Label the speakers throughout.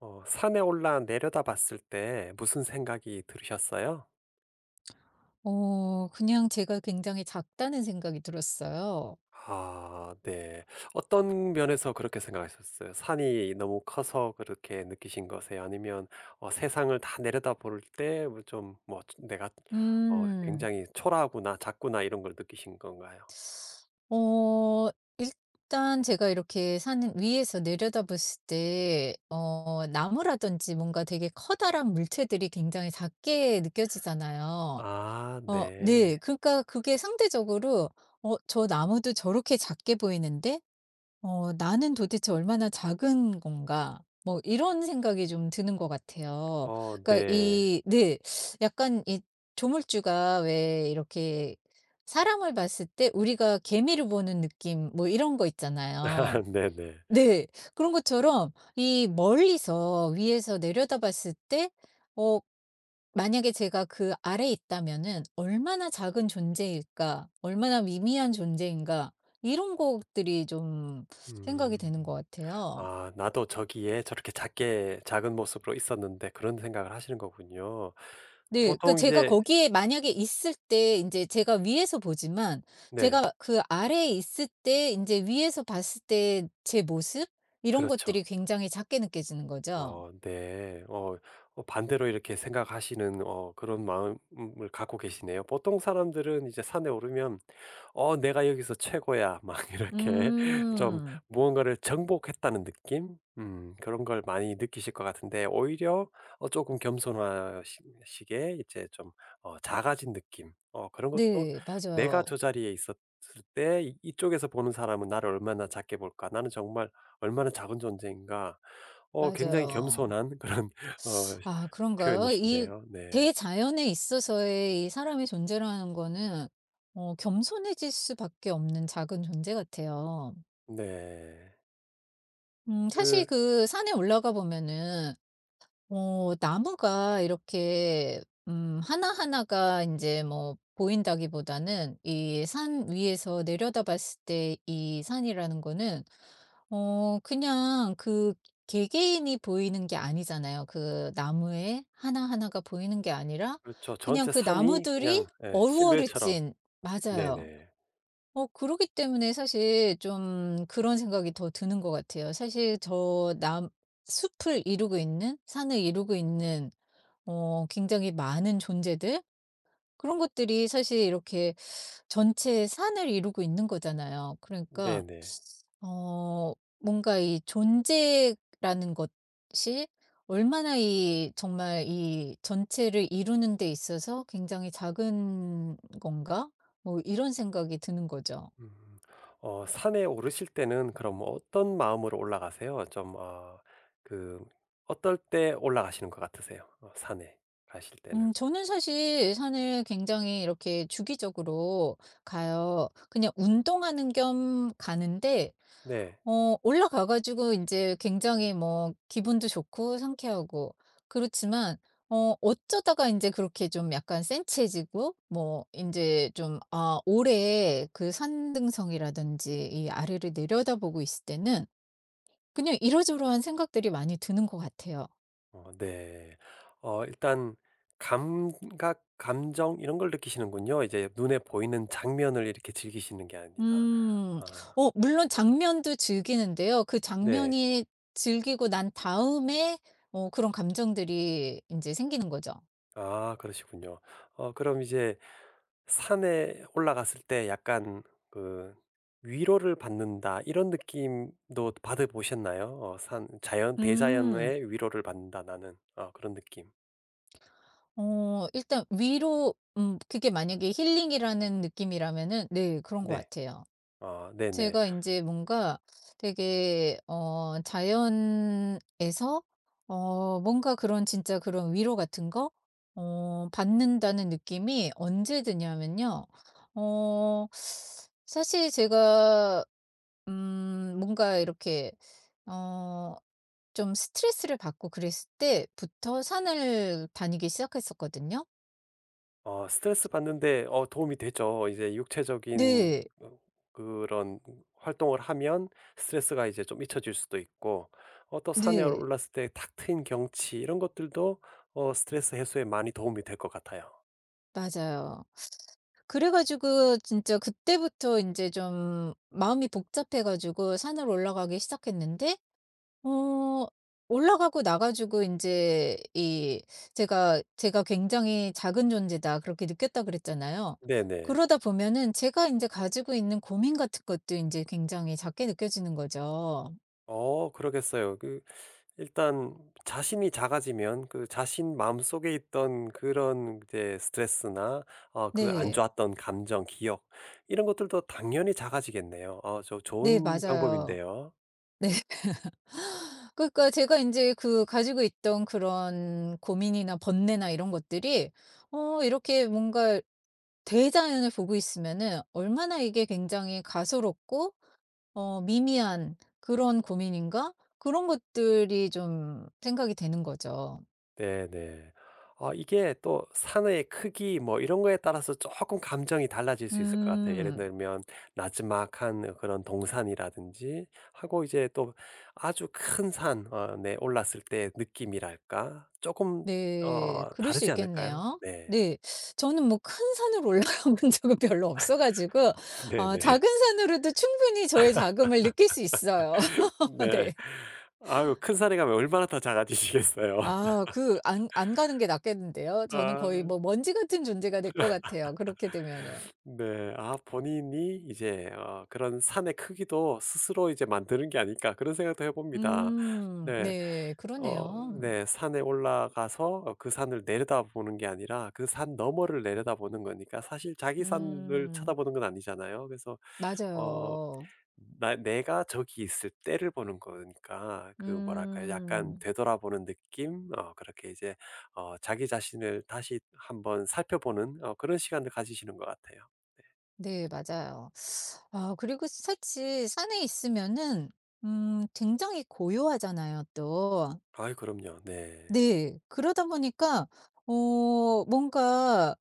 Speaker 1: 산에 올라 내려다 봤을 때 무슨 생각이 들으셨어요?
Speaker 2: 그냥 제가 굉장히 작다는 생각이 들었어요.
Speaker 1: 아, 네. 어떤 면에서 그렇게 생각하셨어요? 산이 너무 커서 그렇게 느끼신 거세요? 아니면 세상을 다 내려다 볼때 뭐 좀뭐 내가
Speaker 2: 음.
Speaker 1: 굉장히 초라하구나, 작구나 이런 걸 느끼신 건가요?
Speaker 2: 어 일단 제가 이렇게 산 위에서 내려다봤을 때 나무라든지 뭔가 되게 커다란 물체들이 굉장히 작게 느껴지잖아요.
Speaker 1: 아, 네.
Speaker 2: 네. 그러니까 그게 상대적으로 저 나무도 저렇게 작게 보이는데?' '나는 도대체 얼마나 작은 건가?' 뭐 이런 생각이 좀 드는 것 같아요. 그러니까
Speaker 1: 네.
Speaker 2: 이 네. 약간 이 조물주가 왜 이렇게 사람을 봤을 때 우리가 개미를 보는 느낌 뭐 이런 거 있잖아요.
Speaker 1: 네네.
Speaker 2: 네. 그런 것처럼 이 멀리서 위에서 내려다봤을 때어 만약에 제가 그 아래 있다면은 '얼마나 작은 존재일까? 얼마나 미미한 존재인가?' 이런 것들이 좀 생각이
Speaker 1: 음.
Speaker 2: 되는 것 같아요.
Speaker 1: 아, 나도 저기에 저렇게 작게 작은 모습으로 있었는데 그런 생각을 하시는 거군요.
Speaker 2: 네. 그
Speaker 1: 보통
Speaker 2: 제가
Speaker 1: 이제
Speaker 2: 거기에 만약에 있을 때 이제 제가 위에서 보지만
Speaker 1: 네,
Speaker 2: 제가 그 아래에 있을 때 이제 위에서 봤을 때 제 모습 이런
Speaker 1: 그렇죠.
Speaker 2: 것들이 굉장히 작게 느껴지는 거죠.
Speaker 1: 네. 반대로 이렇게 생각하시는 그런 마음을 갖고 계시네요. 보통 사람들은 이제 산에 오르면 내가 여기서 최고야. 막 이렇게 좀
Speaker 2: 음.
Speaker 1: 무언가를 정복했다는 느낌? 그런 걸 많이 느끼실 것 같은데, 오히려 조금 겸손하시게 이제 좀 작아진 느낌. 그런 것도
Speaker 2: 네.
Speaker 1: 내가
Speaker 2: 맞아요.
Speaker 1: 저 자리에 있었을 때 이쪽에서 보는 사람은 나를 얼마나 작게 볼까? 나는 정말 얼마나 작은 존재인가? 굉장히
Speaker 2: 맞아요.
Speaker 1: 겸손한 그런 어,
Speaker 2: 아 그런가요? 이
Speaker 1: 표현이신데요. 네.
Speaker 2: 대자연에 있어서의 이 사람의 존재라는 거는 겸손해질 수밖에 없는 작은 존재 같아요.
Speaker 1: 네.
Speaker 2: 사실
Speaker 1: 그,
Speaker 2: 그 산에 올라가 보면은 나무가 이렇게 하나하나가 이제 뭐 보인다기보다는 이 산 위에서 내려다 봤을 때 이 산이라는 거는 그냥 그 개개인이 보이는 게 아니잖아요. 그 나무의 하나하나가 보이는 게 아니라
Speaker 1: 그렇죠.
Speaker 2: 그냥
Speaker 1: 전체
Speaker 2: 그
Speaker 1: 산이
Speaker 2: 나무들이
Speaker 1: 그냥 예,
Speaker 2: 어루어루
Speaker 1: 실루엣처럼
Speaker 2: 찐 맞아요.
Speaker 1: 네네.
Speaker 2: 그러기 때문에 사실 좀 그런 생각이 더 드는 것 같아요. 사실 저 남 숲을 이루고 있는 산을 이루고 있는 굉장히 많은 존재들 그런 것들이 사실 이렇게 전체 산을 이루고 있는 거잖아요. 그러니까
Speaker 1: 네네.
Speaker 2: 어 뭔가 이 존재라는 것이 얼마나 이 정말 이 전체를 이루는 데 있어서 굉장히 작은 건가? 뭐 이런 생각이 드는 거죠.
Speaker 1: 음. 산에 오르실 때는 그럼 뭐 어떤 마음으로 올라가세요? 좀 그 어떨 때 올라가시는 것 같으세요? 산에 가실 때는?
Speaker 2: 저는 사실 산을 굉장히 이렇게 주기적으로 가요. 그냥 운동하는 겸 가는데
Speaker 1: 네.
Speaker 2: 올라가 가지고 이제 굉장히 뭐 기분도 좋고 상쾌하고 그렇지만 어쩌다가 이제 그렇게 좀 약간 센치해지고 뭐 이제 좀 아 오래 그 산등성이라든지 이 아래를 내려다보고 있을 때는 그냥 이러저러한 생각들이 많이 드는 것 같아요.
Speaker 1: 네. 일단 감각, 감정 이런 걸 느끼시는군요. 이제 눈에 보이는 장면을 이렇게 즐기시는 게 아니라.
Speaker 2: 음.
Speaker 1: 아
Speaker 2: 물론 장면도 즐기는데요. 그
Speaker 1: 네.
Speaker 2: 장면이 즐기고 난 다음에 그런 감정들이 이제 생기는 거죠.
Speaker 1: 아 그러시군요. 그럼 이제 산에 올라갔을 때 약간 그 '위로를 받는다.' 이런 느낌도 받아 보셨나요? 산 자연
Speaker 2: 음.
Speaker 1: 대자연의 '위로를 받는다 나는.' 그런 느낌.
Speaker 2: 일단 위로 그게 만약에 힐링이라는 느낌이라면은 네 그런 것
Speaker 1: 네.
Speaker 2: 같아요.
Speaker 1: 네네.
Speaker 2: 제가 이제 뭔가 되게 자연에서 뭔가 그런 진짜 그런 위로 같은 거 받는다는 느낌이 언제 드냐면요. 어 사실 제가 뭔가 이렇게 어 좀 스트레스를 받고 그랬을 때부터 산을 다니기 시작했었거든요.
Speaker 1: 스트레스 받는데 도움이 되죠. 이제 육체적인
Speaker 2: 네.
Speaker 1: 그런 활동을 하면 스트레스가 이제 좀 잊혀질 수도 있고 또 산에
Speaker 2: 네.
Speaker 1: 올랐을 때 탁 트인 경치 이런 것들도 스트레스 해소에 많이 도움이 될 것 같아요.
Speaker 2: 맞아요. 그래 가지고 진짜 그때부터 이제 좀 마음이 복잡해 가지고 산을 올라가기 시작했는데 어 올라가고 나 가지고 이제 이 제가 굉장히 작은 존재다 그렇게 느꼈다 그랬잖아요.
Speaker 1: 네네.
Speaker 2: 그러다 보면은 제가 이제 가지고 있는 고민 같은 것도 이제 굉장히 작게 느껴지는 거죠.
Speaker 1: 그러겠어요. 그 일단 자신이 작아지면 그 자신 마음속에 있던 그런 이제 스트레스나 그 안
Speaker 2: 네.
Speaker 1: 좋았던 감정, 기억 이런 것들도 당연히 작아지겠네요. 저
Speaker 2: 네
Speaker 1: 좋은
Speaker 2: 맞아요.
Speaker 1: 방법인데요.
Speaker 2: 그러니까 제가 이제 그 가지고 있던 그런 고민이나 번뇌나 이런 것들이 이렇게 뭔가 대자연을 보고 있으면은 얼마나 이게 굉장히 가소롭고 미미한 그런 고민인가? 그런 것들이 좀 생각이 되는 거죠.
Speaker 1: 네네. 아 이게 또 산의 크기 뭐 이런 거에 따라서 조금 감정이 달라질 수 있을 것 같아요. 예를
Speaker 2: 음.
Speaker 1: 들면 나지막한 그런 동산이라든지 하고 이제 또 아주 큰 산 네 올랐을 때 느낌이랄까? 조금
Speaker 2: 네. 그럴 수
Speaker 1: 다르지 않을까요?
Speaker 2: 있겠네요.
Speaker 1: 네.
Speaker 2: 네. 저는 뭐 큰 산을 올라가 본 적은 별로 없어 가지고
Speaker 1: 네네.
Speaker 2: 작은 산으로도 충분히 저의 자금을 느낄 수 있어요.
Speaker 1: 네.
Speaker 2: 네.
Speaker 1: 아유 큰 산에 가면 얼마나 더 작아지시겠어요.
Speaker 2: 아 그 안 가는 게 낫겠는데요. 저는 거의
Speaker 1: 아.
Speaker 2: 뭐 먼지 같은 존재가 될 것 같아요, 그렇게 되면은.
Speaker 1: 네. 아 본인이 이제 그런 산의 크기도 스스로 이제 만드는 게 아닐까 그런 생각도 해 봅니다.
Speaker 2: 음.
Speaker 1: 네.
Speaker 2: 네.
Speaker 1: 어
Speaker 2: 그러네요.
Speaker 1: 네. 산에 올라가서 그 산을 내려다보는 게 아니라 그 산 너머를 내려다보는 거니까 사실 자기 산을
Speaker 2: 음.
Speaker 1: 쳐다보는 건 아니잖아요. 그래서 어
Speaker 2: 맞아요.
Speaker 1: 나 내가 저기 있을 때를 보는 거니까 그 뭐랄까요? 약간
Speaker 2: 음.
Speaker 1: 되돌아보는 느낌? 그렇게 이제 자기 자신을 다시 한번 살펴보는 그런 시간을 가지시는 것 같아요.
Speaker 2: 네. 맞아요. 아 그리고 사실 산에 있으면은 굉장히 고요하잖아요 또.
Speaker 1: 아이 그럼요. 네.
Speaker 2: 네. 그러다 보니까 뭔가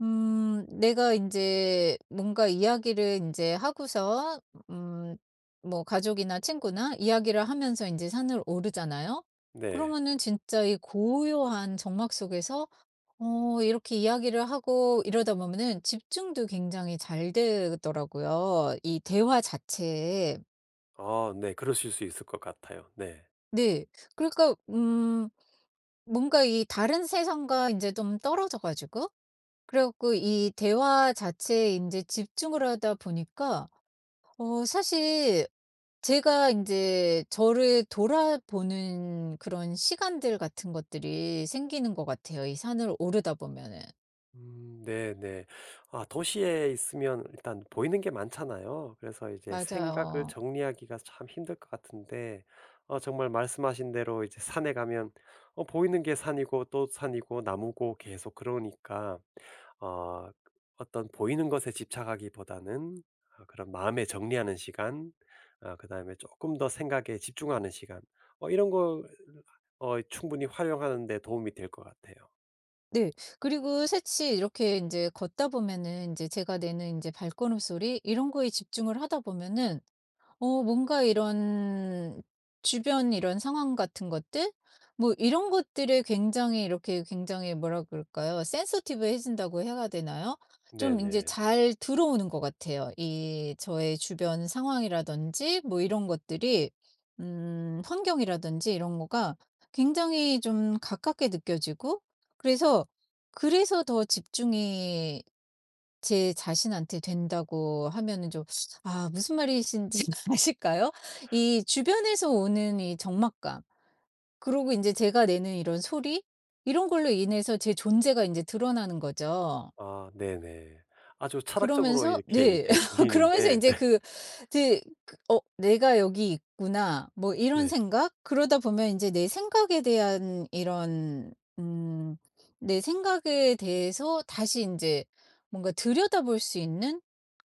Speaker 2: 내가 이제 뭔가 이야기를 이제 하고서 음 뭐 가족이나 친구나 이야기를 하면서 이제 산을 오르잖아요.
Speaker 1: 네.
Speaker 2: 그러면은 진짜 이 고요한 정막 속에서 이렇게 이야기를 하고 이러다 보면은 집중도 굉장히 잘 되더라고요, 이 대화 자체에.
Speaker 1: 아 네. 그러실 수 있을 것 같아요. 네.
Speaker 2: 네. 그러니까 뭔가 이 다른 세상과 이제 좀 떨어져 가지고 그래 갖고 이 대화 자체에 이제 집중을 하다 보니까 사실 제가 이제 저를 돌아보는 그런 시간들 같은 것들이 생기는 것 같아요, 이 산을 오르다 보면은. 음.
Speaker 1: 네네. 아 도시에 있으면 일단 보이는 게 많잖아요. 그래서 이제 생각을
Speaker 2: 맞아요.
Speaker 1: 정리하기가 참 힘들 것 같은데 정말 말씀하신 대로 이제 산에 가면 보이는 게 산이고 또 산이고 나무고 계속 그러니까 어 어떤 보이는 것에 집착하기보다는 그런 마음에 정리하는 시간 아 그다음에 조금 더 생각에 집중하는 시간 이런 걸 충분히 활용하는 데 도움이 될 것 같아요.
Speaker 2: 네. 그리고 사실 이렇게 이제 걷다 보면은 이제 제가 내는 이제 발걸음 소리 이런 거에 집중을 하다 보면은 뭔가 이런 주변 이런 상황 같은 것들? 뭐 이런 것들에 굉장히 이렇게 굉장히 뭐라 그럴까요? 센서티브해진다고 해야 되나요? 좀 이제
Speaker 1: 네네.
Speaker 2: 잘 들어오는 것 같아요. 이 저의 주변 상황이라든지 뭐 이런 것들이 환경이라든지 이런 거가 굉장히 좀 가깝게 느껴지고 그래서, 그래서 더 집중이 제 자신한테 된다고 하면은 좀 아 무슨 말이신지 아실까요? 이 주변에서 오는 이 적막감 그리고 이제 제가 내는 이런 소리 이런 걸로 인해서 제 존재가 이제 드러나는 거죠.
Speaker 1: 아 네네. 아주 철학적으로
Speaker 2: 그러면서
Speaker 1: 이렇게
Speaker 2: 네.
Speaker 1: 이제
Speaker 2: 그러면서 이
Speaker 1: 들리는데
Speaker 2: 제 그 네, 그 내가 여기 있구나.' 뭐 이런
Speaker 1: 네.
Speaker 2: 생각? 그러다 보면 이제 내 생각에 대한 이런 음 내 생각에 대해서 다시 이제 뭔가 들여다볼 수 있는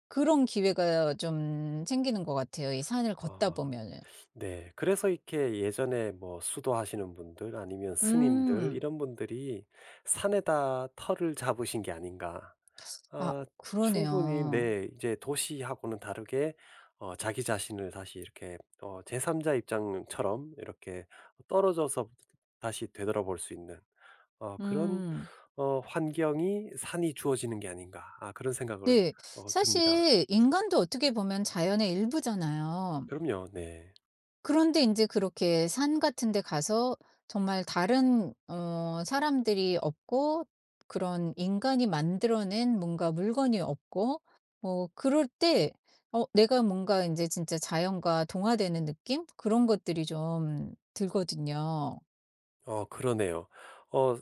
Speaker 2: 그런 기회가 좀 생기는 것 같아요, 이 산을 걷다
Speaker 1: 아
Speaker 2: 보면은.
Speaker 1: 네. 그래서 이렇게 예전에 뭐 수도하시는 분들 아니면 스님들
Speaker 2: 음.
Speaker 1: 이런 분들이 '산에다 터를 잡으신 게 아닌가.'
Speaker 2: 아
Speaker 1: 아 충분히
Speaker 2: 그러네요.
Speaker 1: 네 이제 도시하고는 다르게 자기 자신을 다시 이렇게 제3 자 입장처럼 이렇게 떨어져서 다시 되돌아볼 수 있는 그런
Speaker 2: 음.
Speaker 1: '환경이 산이 주어지는 게 아닌가.' 아 그런 생각을
Speaker 2: 네.
Speaker 1: 듭니다.
Speaker 2: 사실 인간도 어떻게 보면 자연의 일부잖아요.
Speaker 1: 그럼요. 네.
Speaker 2: 그런데 인제 그렇게 산 같은 데 가서 정말 다른 사람들이 없고 그런 인간이 만들어낸 뭔가 물건이 없고 뭐 그럴 때 내가 뭔가 인제 진짜 자연과 동화되는 느낌? 그런 것들이 좀 들거든요.
Speaker 1: 그러네요. 어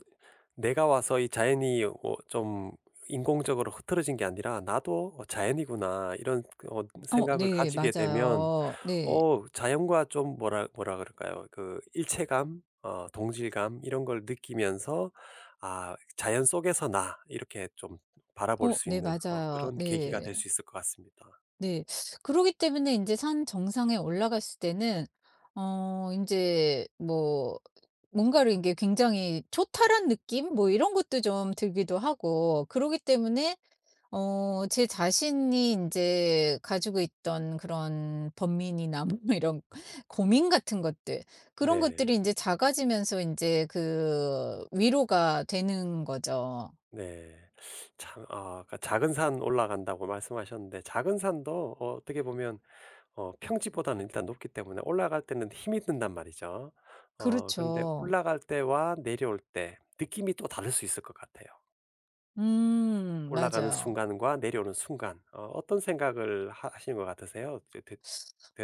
Speaker 1: 내가 와서 이 자연이 좀 인공적으로 흐트러진 게 아니라 '나도 자연이구나.' 이런 그
Speaker 2: 어
Speaker 1: 생각을
Speaker 2: 네
Speaker 1: 가지게 되면
Speaker 2: 맞아요. 네.
Speaker 1: 자연과 좀 뭐라 그럴까요? 그 일체감 동질감 이런 걸 느끼면서 '아 자연 속에서 나.' 이렇게 좀 바라볼
Speaker 2: 어
Speaker 1: 수
Speaker 2: 네
Speaker 1: 있는
Speaker 2: 맞아요.
Speaker 1: 그런 계기가 될
Speaker 2: 네.
Speaker 1: 수 있을 것 같습니다.
Speaker 2: 네. 그러기 때문에 인제 산 정상에 올라갔을 때는 인제 뭐 뭔가를 인제 굉장히 초탈한 느낌 뭐 이런 것도 좀 들기도 하고 그러기 때문에 제 자신이 인제 가지고 있던 그런 번민이나 뭐 이런 고민 같은 것들 그런
Speaker 1: 네.
Speaker 2: 것들이 인제 작아지면서 인제 그 위로가 되는 거죠.
Speaker 1: 네. 참 아 아까 작은 산 올라간다고 말씀하셨는데 작은 산도 어떻게 보면 평지보다는 일단 높기 때문에 올라갈 때는 힘이 든단 말이죠. 어런데
Speaker 2: 그렇죠.
Speaker 1: 올라갈 때와 내려올 때 느낌이 또 다를 수 있을 것 같아요. 올라가는
Speaker 2: 맞아요.
Speaker 1: 순간과 내려오는 순간 어떤 생각을 하시는것 같으세요?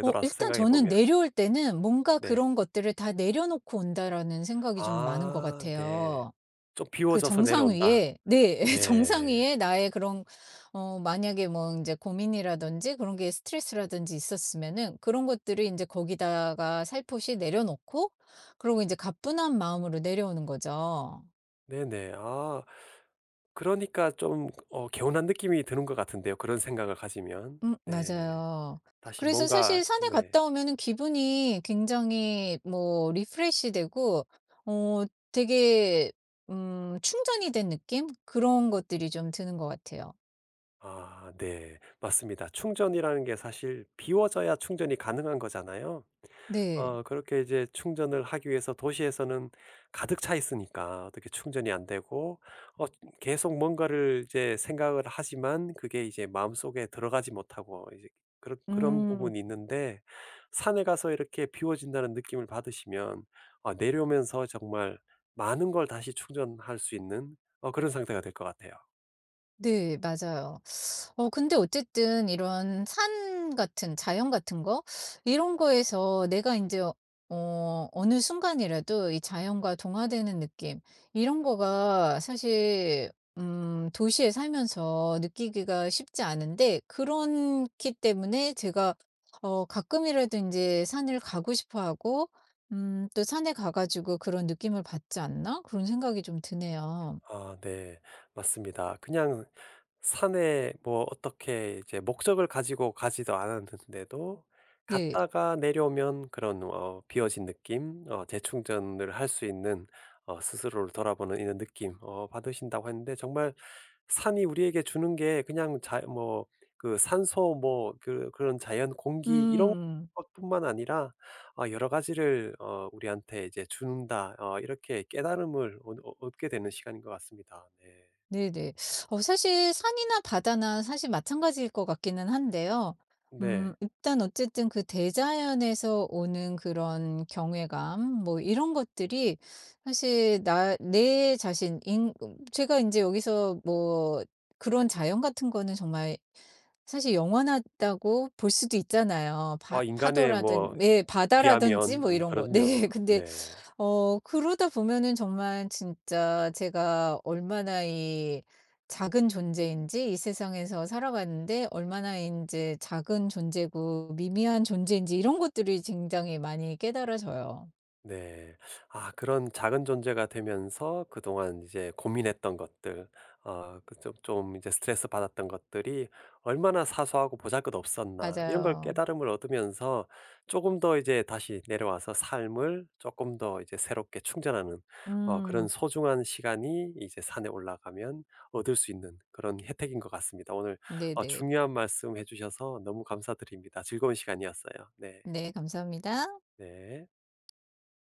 Speaker 2: 일단
Speaker 1: 생각해
Speaker 2: 저는
Speaker 1: 보면?
Speaker 2: 내려올 때는 '뭔가
Speaker 1: 네.
Speaker 2: 그런 것들을 다 내려놓고 온다.'라는 생각이 좀 많은 것
Speaker 1: 아 네.
Speaker 2: 같아요.
Speaker 1: 좀
Speaker 2: 그
Speaker 1: 비워져서
Speaker 2: 정상
Speaker 1: 내려온다.
Speaker 2: 위에 네. 정상
Speaker 1: 네.
Speaker 2: 위에 나의 그런 만약에 뭐 이제 고민이라든지 그런 게 스트레스라든지 있었으면은 그런 것들을 이제 거기다가 살포시 내려놓고 그리고 이제 가뿐한 마음으로 내려오는 거죠.
Speaker 1: 네네. 아 그러니까 좀 개운한 느낌이 드는 것 같은데요, 그런 생각을 가지면. 네.
Speaker 2: 맞아요.
Speaker 1: 다시
Speaker 2: 그래서
Speaker 1: 뭔가
Speaker 2: 사실 산에
Speaker 1: 네.
Speaker 2: 갔다 오면은 기분이 굉장히 뭐 리프레시 되고 어 되게 충전이 된 느낌? 그런 것들이 좀 드는 것 같아요.
Speaker 1: 아 네. 맞습니다. 충전이라는 게 사실 비워져야 충전이 가능한 거잖아요.
Speaker 2: 네.
Speaker 1: 그렇게 이제 충전을 하기 위해서 도시에서는 가득 차 있으니까 어떻게 충전이 안 되고 어 계속 뭔가를 이제 생각을 하지만 그게 이제 마음속에 들어가지 못하고 이제 그런
Speaker 2: 음.
Speaker 1: 부분이 있는데 산에 가서 이렇게 비워진다는 느낌을 받으시면 내려오면서 정말 많은 걸 다시 충전할 수 있는 그런 상태가 될 것 같아요.
Speaker 2: 네 맞아요. 근데 어쨌든 이런 산 같은 자연 같은 거 이런 거에서 내가 이제 어느 순간이라도 이 자연과 동화되는 느낌 이런 거가 사실 도시에 살면서 느끼기가 쉽지 않은데 그렇기 때문에 제가 가끔이라도 이제 산을 가고 싶어 하고 또 '산에 가 가지고 그런 느낌을 받지 않나?' 그런 생각이 좀 드네요.
Speaker 1: 아 네. 맞습니다. 그냥 산에 뭐 어떻게 이제 목적을 가지고 가지도 않았는데도
Speaker 2: 네.
Speaker 1: 갔다가 내려오면 그런 비어진 느낌 재충전을 할 수 있는 스스로를 돌아보는 이런 느낌 받으신다고 했는데 정말 산이 우리에게 주는 게 그냥 자 뭐 그 산소 뭐 그런 자연 공기 이런
Speaker 2: 음.
Speaker 1: 것뿐만 아니라 아 여러 가지를 우리한테 이제 준다. 이렇게 깨달음을 얻 얻 얻게 되는 시간인 것 같습니다. 네.
Speaker 2: 네네. 사실 산이나 바다나 사실 마찬가지일 것 같기는 한데요.
Speaker 1: 네.
Speaker 2: 일단 어쨌든 그 대자연에서 오는 그런 경외감 뭐 이런 것들이 사실 나 내 자신 인 제가 이제 여기서 뭐 그런 자연 같은 거는 정말 사실 영원하다고 볼 수도 있잖아요.
Speaker 1: 와
Speaker 2: 바
Speaker 1: 인간의 뭐
Speaker 2: 파도라든 예 바다라든지
Speaker 1: 비하면
Speaker 2: 뭐
Speaker 1: 네,
Speaker 2: 이런 거.
Speaker 1: 그럼요.
Speaker 2: 네. 근데
Speaker 1: 네.
Speaker 2: 그러다 보면은 정말 진짜 제가 얼마나 이 작은 존재인지 이 세상에서 살아가는데 얼마나 이제 작은 존재고 미미한 존재인지 이런 것들이 굉장히 많이 깨달아져요.
Speaker 1: 네. 아 그런 작은 존재가 되면서 그동안 이제 고민했던 것들 그 이제 스트레스 받았던 것들이 얼마나 사소하고 보잘것없었나 이런 걸
Speaker 2: 맞아요.
Speaker 1: 깨달음을 얻으면서 조금 더 이제 다시 내려와서 삶을 조금 더 이제 새롭게 충전하는 그런
Speaker 2: 음.
Speaker 1: 소중한 시간이 이제 산에 올라가면 얻을 수 있는 그런 혜택인 것 같습니다. 오늘
Speaker 2: 네네.
Speaker 1: 중요한 말씀 해 주셔서 너무 감사드립니다. 즐거운 시간이었어요. 네.
Speaker 2: 네 감사합니다.
Speaker 1: 네.